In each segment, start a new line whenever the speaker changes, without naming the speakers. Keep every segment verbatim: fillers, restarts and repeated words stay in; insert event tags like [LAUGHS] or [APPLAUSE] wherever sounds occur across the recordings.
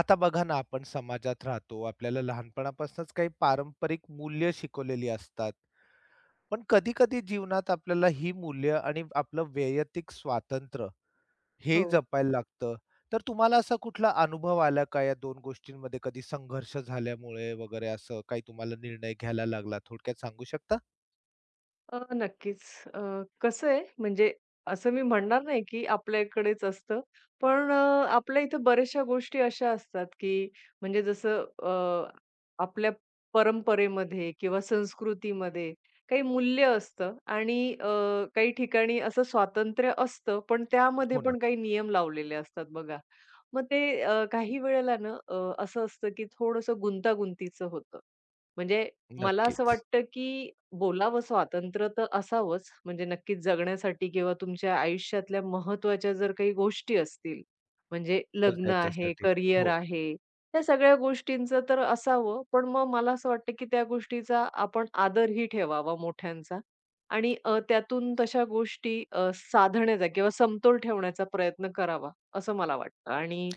आता बघा ना, आपण समाजात राहतो. आपल्याला लहानपणापासूनच काही पारंपरिक मूल्य शिकवलेली असतात. पण कधी-कधी जीवनात आपल्याला ही मूल्य आणि आपलं वैयक्तिक स्वातंत्र्य हे
हो.
जपायला लागतं. तर तुम्हाला असा कुठला अनुभव आला का या दोन गोष्टींमध्ये कधी संघर्ष झाल्यामुळे वगैरे असं काही तुम्हाला निर्णय घ्यायला लागला? थोडक्यात सांगू शकता?
अ, नक्कीच. अ, कसं आहे म्हणजे असं मी म्हणणार नाही, की आपल्या इकडेच असतं. पण अ, आपल्या इथं बऱ्याचशा गोष्टी अशा असतात, की म्हणजे जसं अ, आपल्या परंपरेमध्ये किंवा संस्कृतीमध्ये काही मूल्य असतं आणि अ, काही ठिकाणी असं स्वातंत्र्य असतं, पण त्यामध्ये
हो ना.
पण काही नियम लावलेले असतात बघा. मग ते अ, काही वेळेला ना अ, असं असतं, की थोडंसं गुंतागुंतीचं होतं. म्हणजे मला असं
नक्कीच.
वाटतं, की बोलावं स्वातंत्र्य तर असावंच, म्हणजे नक्कीच जगण्यासाठी किंवा तुमच्या आयुष्यातल्या महत्त्वाच्या जर काही गोष्टी असतील, म्हणजे
तर
लग्न आहे,
त्याच्यासाठी
करियर
हो.
आहे, त्या सगळ्या गोष्टींचं तर असावं. पण मग मला असं वाटतं, की त्या गोष्टीचा आपण आदरही ठेवावा मोठ्यांचा आणि अ, त्यातून तशा गोष्टी अ, साधण्याचा किंवा समतोल ठेवण्याचा प्रयत्न करावा, असं मला वाटतं आणि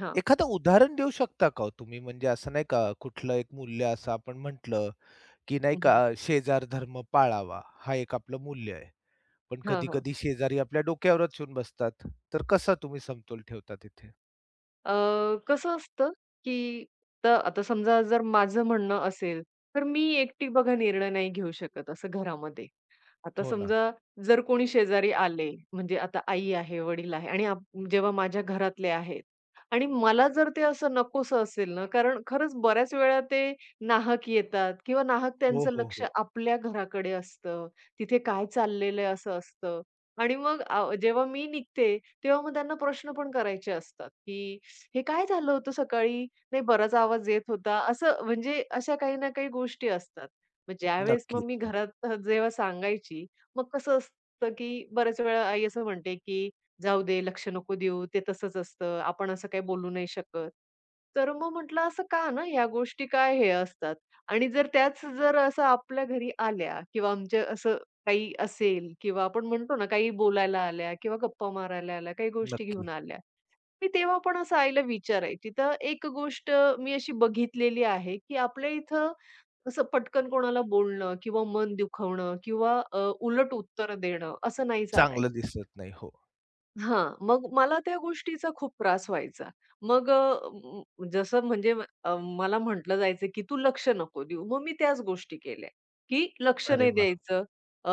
हां.
एखादं उदाहरण देऊ शकता का हो तुम्ही? म्हणजे असं नाही का कुठलं एक मूल्य असं आपण म्हटलं की नाही
हं,
का
हं.
शेजार धर्म पाळावा, हा एक आपलं मूल्य आहे. पण
हां,
कधी-कधी शेजारी आपल्या डोक्यावरच येऊन बसतात. तर कसा तुम्ही समतोल ठेवता तिथे?
अ, कसं असतं, की त आता समजा जर माझं म्हणणं असेल, तर मी एकटी बघा निर्णय नाही घेऊ शकत असं घरामध्ये. आता
हो ना.
समजा जर कोणी शेजारी आले, म्हणजे आता आई आहे, वडील आहे आणि आप जेव्हा माझ्या घरातले आहेत आणि मला जर ते असं नकोसं असेल ना, कारण खरंच बऱ्याच वेळा ते नाहक येतात किंवा नाहक
हो,
त्यांचं
हो,
लक्ष
हो.
आपल्या घराकडे असतं. तिथे काय चाललेलं आहे असं असतं आणि मग अ, जेव्हा मी निघते, तेव्हा मग त्यांना प्रश्न पण करायचे असतात, की "हे काय झालं होतं सकाळी? नाही बराच आवाज येत होता." असं म्हणजे अशा काही ना काही गोष्टी असतात. मग ज्यावेळेस मग
नक्कीच.
मी
हो,
घरात जेव्हा सांगायची, मग कसं असतं, की बऱ्याच वेळा आई असं म्हणते, की "जाऊ दे, लक्ष नको देऊ, ते तसंच असतं, आपण असं काही बोलू नाही शकत." तर मग म्हटलं, "असं का ना? ह्या गोष्टी काय हे असतात?" आणि जर त्याच जर असं आपल्या घरी आल्या किंवा आमच्या असं काही असेल किंवा आपण म्हणतो ना, काही बोलायला आल्या किंवा गप्पा मारायला आल्या, काही गोष्टी घेऊन
नक्की.
आल्या. मी तेव्हा पण असं आईला विचारायची. तर एक गोष्ट मी अशी बघितलेली आहे, की आपल्या इथं असं पटकन कोणाला बोलणं किंवा मन दुखवणं किंवा अ, उलट उत्तर देणं असं नाही चालायचं.
चांगलं दिसत नाही. हो.
हां, मग मला त्या गोष्टीचा खूप त्रास व्हायचा. मग अ, म जसं म्हणजे अ, मला म्हटलं जायचं, की "तू लक्ष नको देऊ." मग मी त्याच गोष्टी केल्या, की लक्ष
अरे
नाही
वाह!
द्यायचं. अ,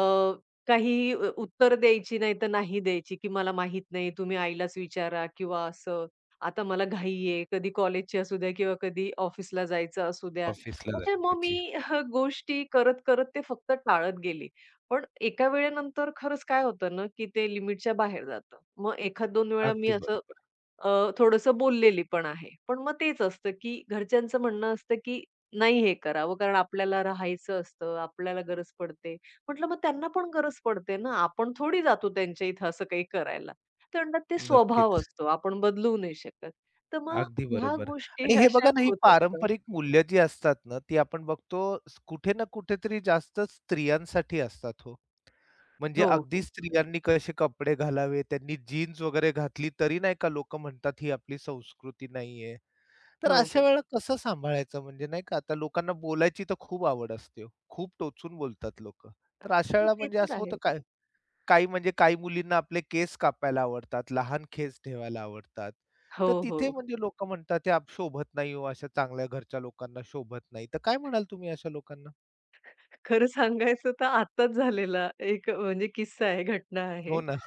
काही अ, उत्तर द्यायची नाही तर नाही द्यायची, की "मला माहित नाही, तुम्ही आईलाच विचारा" किंवा असं. "आता मला घाई आहे." कधी कॉलेजची असू द्या किंवा कधी ऑफिसला जायचं असू द्या.
ऑफिसला
म्हणजे मग मी
जायची.
अ, गोष्टी करत, करत ते फक्त टाळत गेले. पण एका वेळेनंतर खरंच काय होतं ना, की ते लिमिटच्या बाहेर जातं. मग एखाद दोन वेळा मी
अगदी
असं
बरोबर.
अ, थोडंसं बोललेली पण आहे. पण मग तेच असतं, की घरच्यांचं म्हणणं असतं, की नाही हे करावं कारण आपल्याला राहायचं असतं, आपल्याला गरज पडते. म्हटलं मग त्यांना पण गरज पडते ना, आपण थोडी जातो त्यांच्या इथं असं काही करायला. ते म्हणतात ते स्वभाव
नक्कीच.
असतो, आपण बदलू नाही शकत. तर मग
अगदी
ह्या
बरोबर. आणि
गोष्टी
हे
अशा
बघा ना, ही
होत असतात.
पारंपरिक मूल्य जी असतात ना, ती आपण बघतो स- कुठे ना कुठेतरी जास्त स्त्रियांसाठी असतात हो. म्हणजे
हो,
अगदी
हो.
स्त्रियांनी कसे कपडे घालावे, त्यांनी जीन्स वगैरे घातली तरी नाही का लोकं म्हणतात ही आपली संस्कृती नाहीये. तर
हो,
अशा
हो.
वेळेला कसं सांभाळायचं म्हणजे नाही का आता लोकांना बोलायची तर खूप आवड असते हो. खूप टोचून बोलतात लोकं. तर अशा
मग
वेळेला
ते
म्हणजे
तर
असं होतं
आहे.
काय काही म्हणजे काही मुलींना आपले केस कापायला आवडतात, लहान केस ठेवायला आवडतात.
हो,
तर तिथे
हो.
म्हणजे लोकं म्हणतात "हे आप शोभत नाही हो, अशा चांगल्या घरच्या लोकांना शोभत नाही." तर काय म्हणाल तुम्ही अशा लोकांना?
खरं सांगायचं तर आत्ताच झालेला एक म्हणजे किस्सा आहे, घटना
हो
आहे.
ना.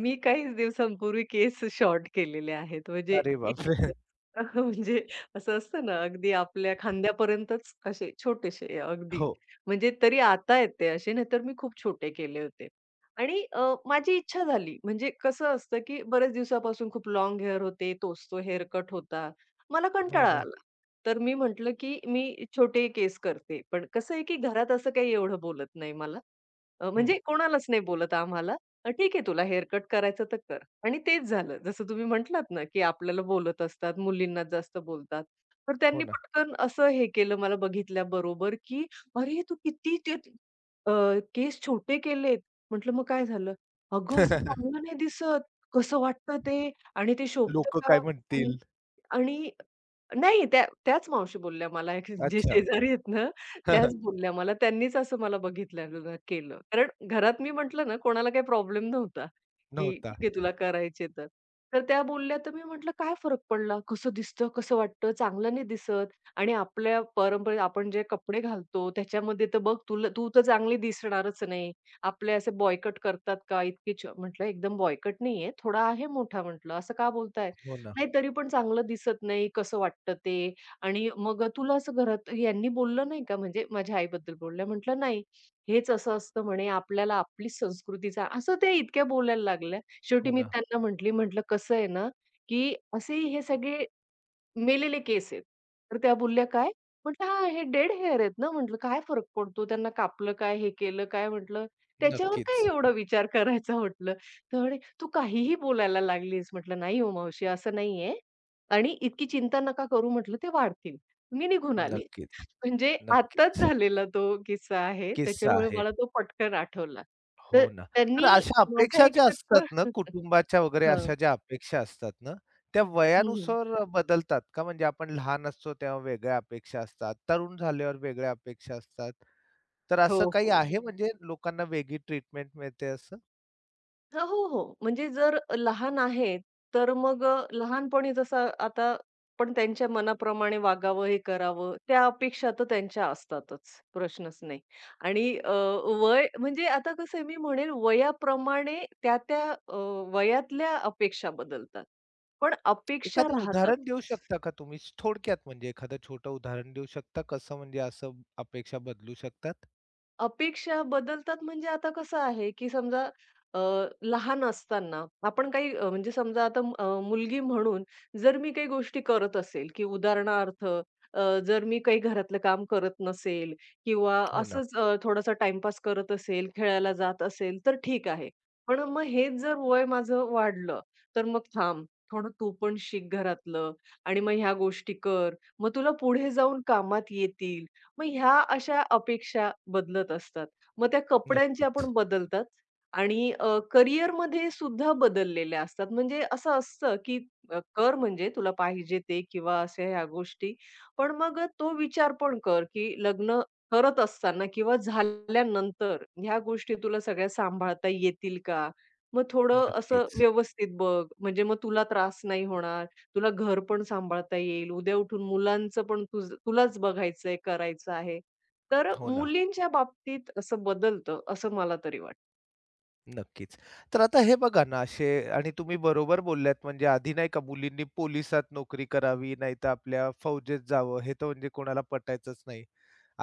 मी काहीच दिवसांपूर्वी केस शॉर्ट केलेले आहेत. म्हणजे
अरे बापरे!
एकच [LAUGHS] म्हणजे असं असतं ना, अगदी आपल्या खांद्यापर्यंतच असे छोटेसे अगदी.
हो,
म्हणजे तरी आता आहेत ते असे, नाहीतर मी खूप छोटे केले होते. आणि अ, माझी इच्छा झाली. म्हणजे कसं असतं, की बऱ्याच दिवसापासून खूप लाँग हेअर होते, तोच तो हेअर कट होता. मला
हो
कंटाळा
ना.
आला. तर मी म्हटलं, की मी छोटे केस करते. पण कसं आहे, की घरात असं काही एवढं बोलत नाही मला. अ,
हं,
म्हणजे कोणालाच नाही बोलत आम्हाला. अ, ठीक आहे तुला हेअर कट करायचं तर कर. आणि तेच झालं. जसं तुम्ही म्हटलात ना, की आपल्याला बोलत असतात, मुलींना जास्त बोलतात. तर
हो
त्यांनी
ना.
पटकन असं हे केलं मला बघितल्याबरोबर, की "अरे, तू किती ते अ, केस छोटे केलेत." म्हटलं, "मग काय झालं?" "अगं, असं
[LAUGHS]
चांगलं नाही दिसत. कसं वाटतं ते? आणि ते शोभतं
लोकं
का?"
काय
आणि
म्हणतील?
आणि नाही, त्या त्याच मावशी बोलल्या मला एक जे
अच्छा.
शेजारी आहेत ना, त्याच
[LAUGHS]
बोलल्या मला. त्यांनीच असं मला बघितलेलं केलं. कारण घरात मी म्हटलं ना, कोणाला काही प्रॉब्लेम नव्हता, की
नव्हता.
"ठीक आहे, तुला करायचे तर." तर त्या बोलल्या, तर मी म्हटलं, "काय फरक पडला? कसं दिसतं, कसं वाटतं? चांगलं नाही दिसत आणि आपल्या परंपरेत आपण जे कपडे घालतो, त्याच्यामध्ये तर बघ, तुला तू तर चांगली दिसणारच नाही. आपले असे बॉयकट करतात का? इतकी" छ- म्हटलं, "एकदम बॉयकट नाहीये, थोडा आहे मोठा." म्हटलं, "असं का बोलताय?"
हो ना,
नाही तरी पण चांगलं दिसत नाही, कसं वाटतं ते आणि मग अ, तुला असं घरात यांनी बोललं नाही का? म्हणजे माझ्या आईबद्दल बोलल्या. म्हटलं, "नाही, हेच असं असतं म्हणे, आपल्याला आपलीच संस्कृतीचा" असं ते इतक्या बोलायला लागल्या. शेवटी
हो
मी
ना.
त्यांना म्हटली, म्हटलं, "कसं आहे ना, की असे हे सगळे मेलेले केस आहेत. तर त्या बोलल्या, "काय?" म्हटलं, "हां, हे डेड हेअर आहेत ना," म्हटलं, "काय फरक पडतो? त्यांना कापलं काय? हे केलं काय?" म्हटलं, "त्याच्यावर काय
नक्कीच,
एवढा विचार करायचा?" म्हटलं. तर म्हणे, "तू काहीही बोलायला लागलीस." म्हटलं, "नाही हो मावशी, असं नाहीये आणि इतकी चिंता नका करू," म्हटलं, "ते वाढतील." मी निघून आले.
नक्कीच,
[LAUGHS] म्हणजे आत्ताच
नक्कीच.
झालेला तो किस्सा आहे.
किस्सा
त्याच्यामुळे
आहे.
मला तो पटकन आठवला. तर
हो ना. तर
त्यांनी
अशा
माझा
अपेक्षा
एक
ज्या
शब्द
असतात ना,
[LAUGHS] हं,
कुटुंबाच्या वगैरे
हं.
अशा ज्या अपेक्षा असतात ना, त्या
हं.
वयानुसार बदलतात का? म्हणजे आपण लहान असतो तेव्हा वेगळ्या अपेक्षा असतात, तरुण झाल्यावर वेगळ्या अपेक्षा असतात. तर
हो,
असं काही
हो.
आहे म्हणजे लोकांना वेगळी ट्रीटमेंट मिळते असं?
हां, हो, हो. म्हणजे जर लहान आहेत, तर मग अ, लहानपणी जसं आता पण त्यांच्या मनाप्रमाणे वागावं, हे करावं, त्या अपेक्षा तर त्यांच्या असतातच, प्रश्नच नाही. आणि अ, वय म्हणजे आता कसं आहे मी म्हणेल वयाप्रमाणे त्या-त्या अ, वयातल्या अपेक्षा बदलतात. पण अपेक्षा
एखादं
राहतातच.
उदाहरण देऊ शकता का तुम्ही? थोडक्यात म्हणजे एखादं छोटं उदाहरण देऊ शकता? कसं म्हणजे असं अपेक्षा बदलू शकतात?
अपेक्षा बदलतात म्हणजे आता कसं आहे, की समजा अ, लहान असताना आपण काही अ, म्हणजे समजा आता म- अ, मुलगी म्हणून जर मी काही गोष्टी करत असेल, की उदाहरणार्थ अ, जर मी काही घरातलं काम करत नसेल किंवा
हो ना.
असंच अ, थोडासा टाईमपास करत असेल, खेळायला जात असेल, तर ठीक आहे. पण मग हेच जर वय माझं वाढलं, तर मग थांब, थोडं तू पण शिक घरातलं आणि मग ह्या गोष्टी कर. मग तुला पुढे जाऊन कामात येतील. मग ह्या अशा अपेक्षा बदलत असतात. मग त्या कपड्यांचे
नक्कीच,
आपण बदलतात आणि अ, करिअरमध्ये सुद्धा बदललेल्या असतात. म्हणजे असं असतं, की अ, कर म्हणजे तुला पाहिजे ते किंवा अशा ह्या गोष्टी. पण मग अ, तो विचार पण कर, की लग्न करत असताना किंवा झाल्यानंतर ह्या गोष्टी तुला सगळ्या सांभाळता येतील का? मग थोडं असं
नक्कीच.
व्यवस्थित बघ, म्हणजे मग तुला त्रास नाही होणार. तुला घर पण सांभाळता येईल. उद्या उठून मुलांचं पण तुझं तुलाच बघायचंय, करायचं आहे. तर
हो ना,
मुलींच्या बाबतीत असं बदलतं, असं मला तरी वाटतं.
नक्कीच. तर आता हे बघा ना असे आणि तुम्ही बरोबर बोललात म्हणजे आधी नाही का मुलींनी पोलिसात नोकरी करावी, नाहीतर आपल्या फौजेत जावं, हे तर म्हणजे कोणाला पटायचंच नाही.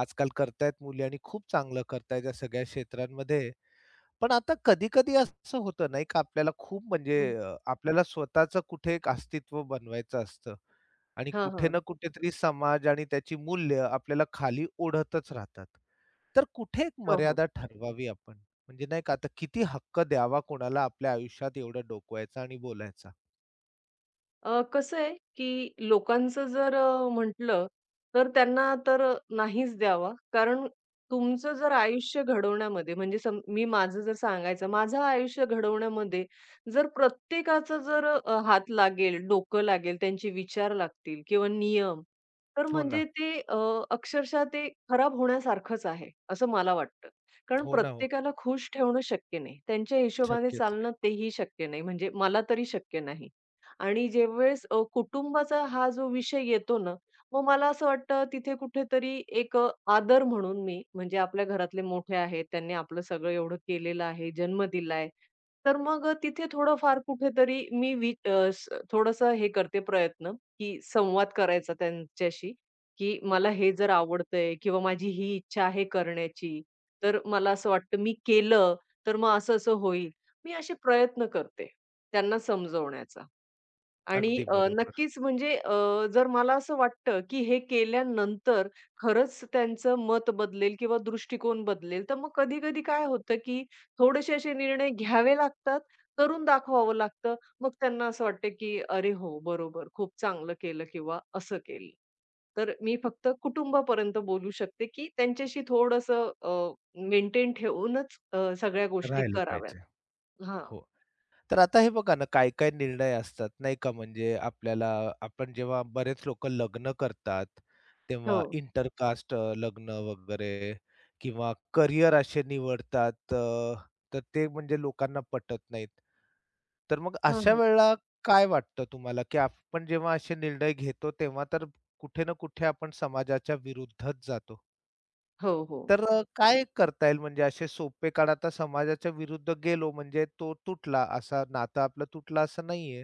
आजकाल करतायत मुली आणि खूप चांगलं करतायत या सगळ्या क्षेत्रांमध्ये. पण आता कधी-कधी असं होतं नाही का आपल्याला खूप म्हणजे
हं.
अ, आपल्याला स्वतःचं कुठे एक अस्तित्व बनवायचं असतं आणि
हां,
कुठे ना
हां.
कुठेतरी समाज आणि त्याची मूल्य आपल्याला खाली ओढतच राहतात. तर कुठे एक
हो, हो.
मर्यादा ठरवावी आपण? म्हणजे नाही का आता किती हक्क द्यावा कोणाला आपल्या आयुष्यात एवढं डोकवायचा आणि बोलायचा?
अ, कसं आहे, की लोकांचं जर अ, म्हटलं, तर त्यांना तर अ, नाहीच द्यावा. कारण तुमचं जर आयुष्य घडवण्यामध्ये म्हणजे सम मी माझं जर सांगायचं, माझं आयुष्य घडवण्यामध्ये जर प्रत्येकाचा जर अ, हात लागेल, डोकं लागेल, त्यांचे विचार लागतील किंवा नियम, तर
हो
म्हणजे
ना.
ते अ, अक्षरशः ते खराब होण्यासारखंच आहे, असं मला वाटतं. कारण
हो ना, हो.
प्रत्येकाला खुश ठेवणं शक्य नाही. त्यांच्या हिशोबाने
शक्यच.
चालणं तेही शक्य नाही. म्हणजे मला तरी शक्य नाही. आणि ज्यावेळेस अ, कुटुंबाचा हा जो विषय येतो ना, मग मला असं वाटतं तिथे कुठेतरी एक अ, आदर म्हणून मी म्हणजे आपल्या घरातले मोठे आहेत, त्यांनी आपलं सगळं एवढं केलेलं आहे, जन्म दिलाय. तर मग अ, तिथे थोडंफार कुठेतरी मी वि अ, स थोडंसं हे करते प्रयत्न, की संवाद करायचा त्यांच्याशी, की मला हे जर आवडतंय किंवा माझी ही इच्छा आहे करण्याची, तर मला असं वाटतं मी केलं, तर मग असं-असं होईल. मी असे प्रयत्न करते त्यांना समजवण्याचा. आणि
अगदी
अ,
बरोबर.
नक्कीच म्हणजे अ, जर मला असं वाटतं, की हे केल्यानंतर खरंच त्यांचं मत बदलेल किंवा दृष्टिकोन बदलेल, तर मग कधी-कधी काय होतं, की थोडेसे असे निर्णय घ्यावे लागतात, करून दाखवावं लागतं. मग त्यांना असं वाटतं, की "अरे हो, बरोबर, खूप चांगलं केलं किंवा असं केलं." तर मी फक्त कुटुंबापर्यंत बोलू शकते, की त्यांच्याशी थोडंसं मेंटेन ठेवूनच अ, सगळ्या गोष्टी
राहिलं
कराव्यात.
पाहिजे.
हां.
हो. तर आता हे बघा ना, काय-काय निर्णय असतात नाही का, म्हणजे आपल्याला आपण जेव्हा बरेच लोकं लग्न करतात, तेव्हा
हो.
इंटरकास्ट अ, लग्न वगैरे किंवा करियर असे निवडतात अ, तर ते म्हणजे लोकांना पटत नाहीत. तर मग
हां,
अशा
हां.
वेळेला काय वाटतं तुम्हाला, की आपण जेव्हा असे निर्णय घेतो, तेव्हा तर कुठे ना कुठे आपण समाजाच्या विरुद्धच जातो?
हो, हो.
तर अ, काय करता येईल म्हणजे असे सोपे काळ आता समाजाच्या विरुद्ध गेलो म्हणजे तो तुटला असा नातं आपलं तुटलं असं नाहीये.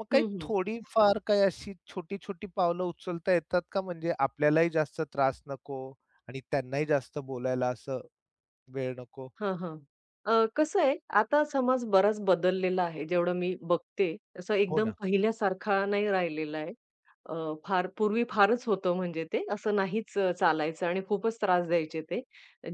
मग काही
हं, हं.
थोडीफार काही अशी छोटी-छोटी पावलं उचलता येतात का म्हणजे आपल्यालाही जास्त त्रास नको आणि त्यांनाही जास्त बोलायला असं वेळ नको?
हां, हां. अ, कसं आहे, आता समाज बराच बदललेला आहे, जेवढं मी बघते. असं
हो
एकदम
ना,
पहिल्यासारखा नाही राहिलेला आहे. अ, फार पूर्वी फारच होतं म्हणजे ते, असं नाहीच अ, चालायचं आणि खूपच त्रास द्यायचे ते,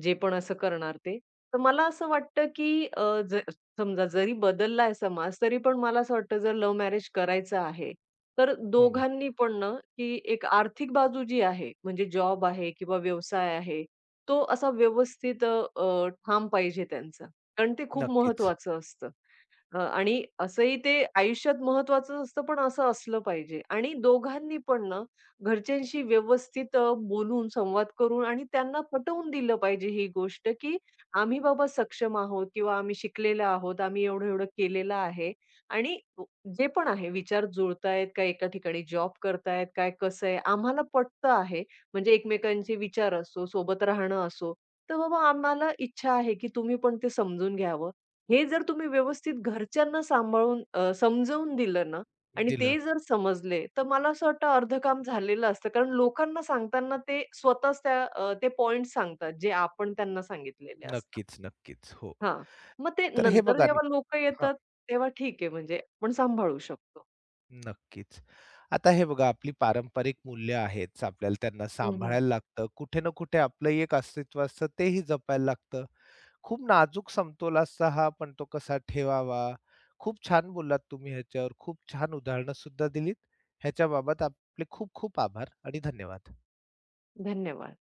जे पण असं करणार ते. तर मला असं वाटतं, की अ, ज समजा जरी बदलला आहे समाज, तरी पण मला असं वाटतं जर लव्ह मॅरेज करायचं आहे, तर
हो ना.
दोघांनी पण ना, की एक आर्थिक बाजू जी आहे, म्हणजे जॉब आहे किंवा व्यवसाय आहे, तो असा व्यवस्थित अ, अ, ठाम पाहिजे त्यांचा. कारण ते खूप
नक्कीच.
महत्त्वाचं असतं. अ, आणि असंही ते आयुष्यात महत्वाचं असतं, पण असं असलं पाहिजे आणि दोघांनी पण ना, घरच्यांशी व्यवस्थित अ, बोलून, संवाद करून आणि त्यांना पटवून दिलं पाहिजे ही गोष्ट, की आम्ही बाबा सक्षम आहोत किंवा आम्ही शिकलेलो आहोत, आम्ही एवढं-एवढं केलेलं आहे आणि जे पण आहे विचार जुळतायत का एका ठिकाणी जॉब करतायत, काय कसं आहे, आम्हाला पटतं आहे. म्हणजे एकमेकांचे विचार असो, सोबत राहणं असो, तर बाबा आम्हाला इच्छा आहे, की तुम्ही पण ते समजून घ्यावं. हे जर तुम्ही व्यवस्थित घरच्यांना सांभाळून अ, समजावून दिलं ना आणि
दिलं.
ते जर समजले, तर मला असं वाटतं अर्धं काम झालेलं असतं. कारण लोकांना सांगताना ते स्वतःच त्या अ, ते पॉइंट्स सांगतात, जे आपण त्यांना सांगितलेले असतात.
नक्कीच, नक्कीच. हो.
हां. मग ते
तर हे
नंतर
बघा
जेव्हा लोकं
ना
येतात, तेव्हा ठीक आहे म्हणजे आपण सांभाळू शकतो.
नक्कीच. आता हे बघा आपली पारंपरिक मूल्य आहेत, आपल्याला त्यांना
हं, हं.
सांभाळायला लागतं. कुठे ना कुठे आपलंही एक अस्तित्व असतं, तेही जपायला लागतं. खूप नाजूक समतोल असता हा, पण तो कसा ठेवावा? खूप छान बोललात तुम्ही ह्याच्यावर. खूप छान उदाहरणं सुद्धा दिलीत. ह्याच्याबाबत आपले खूप खूप आभार आणि धन्यवाद.
धन्यवाद.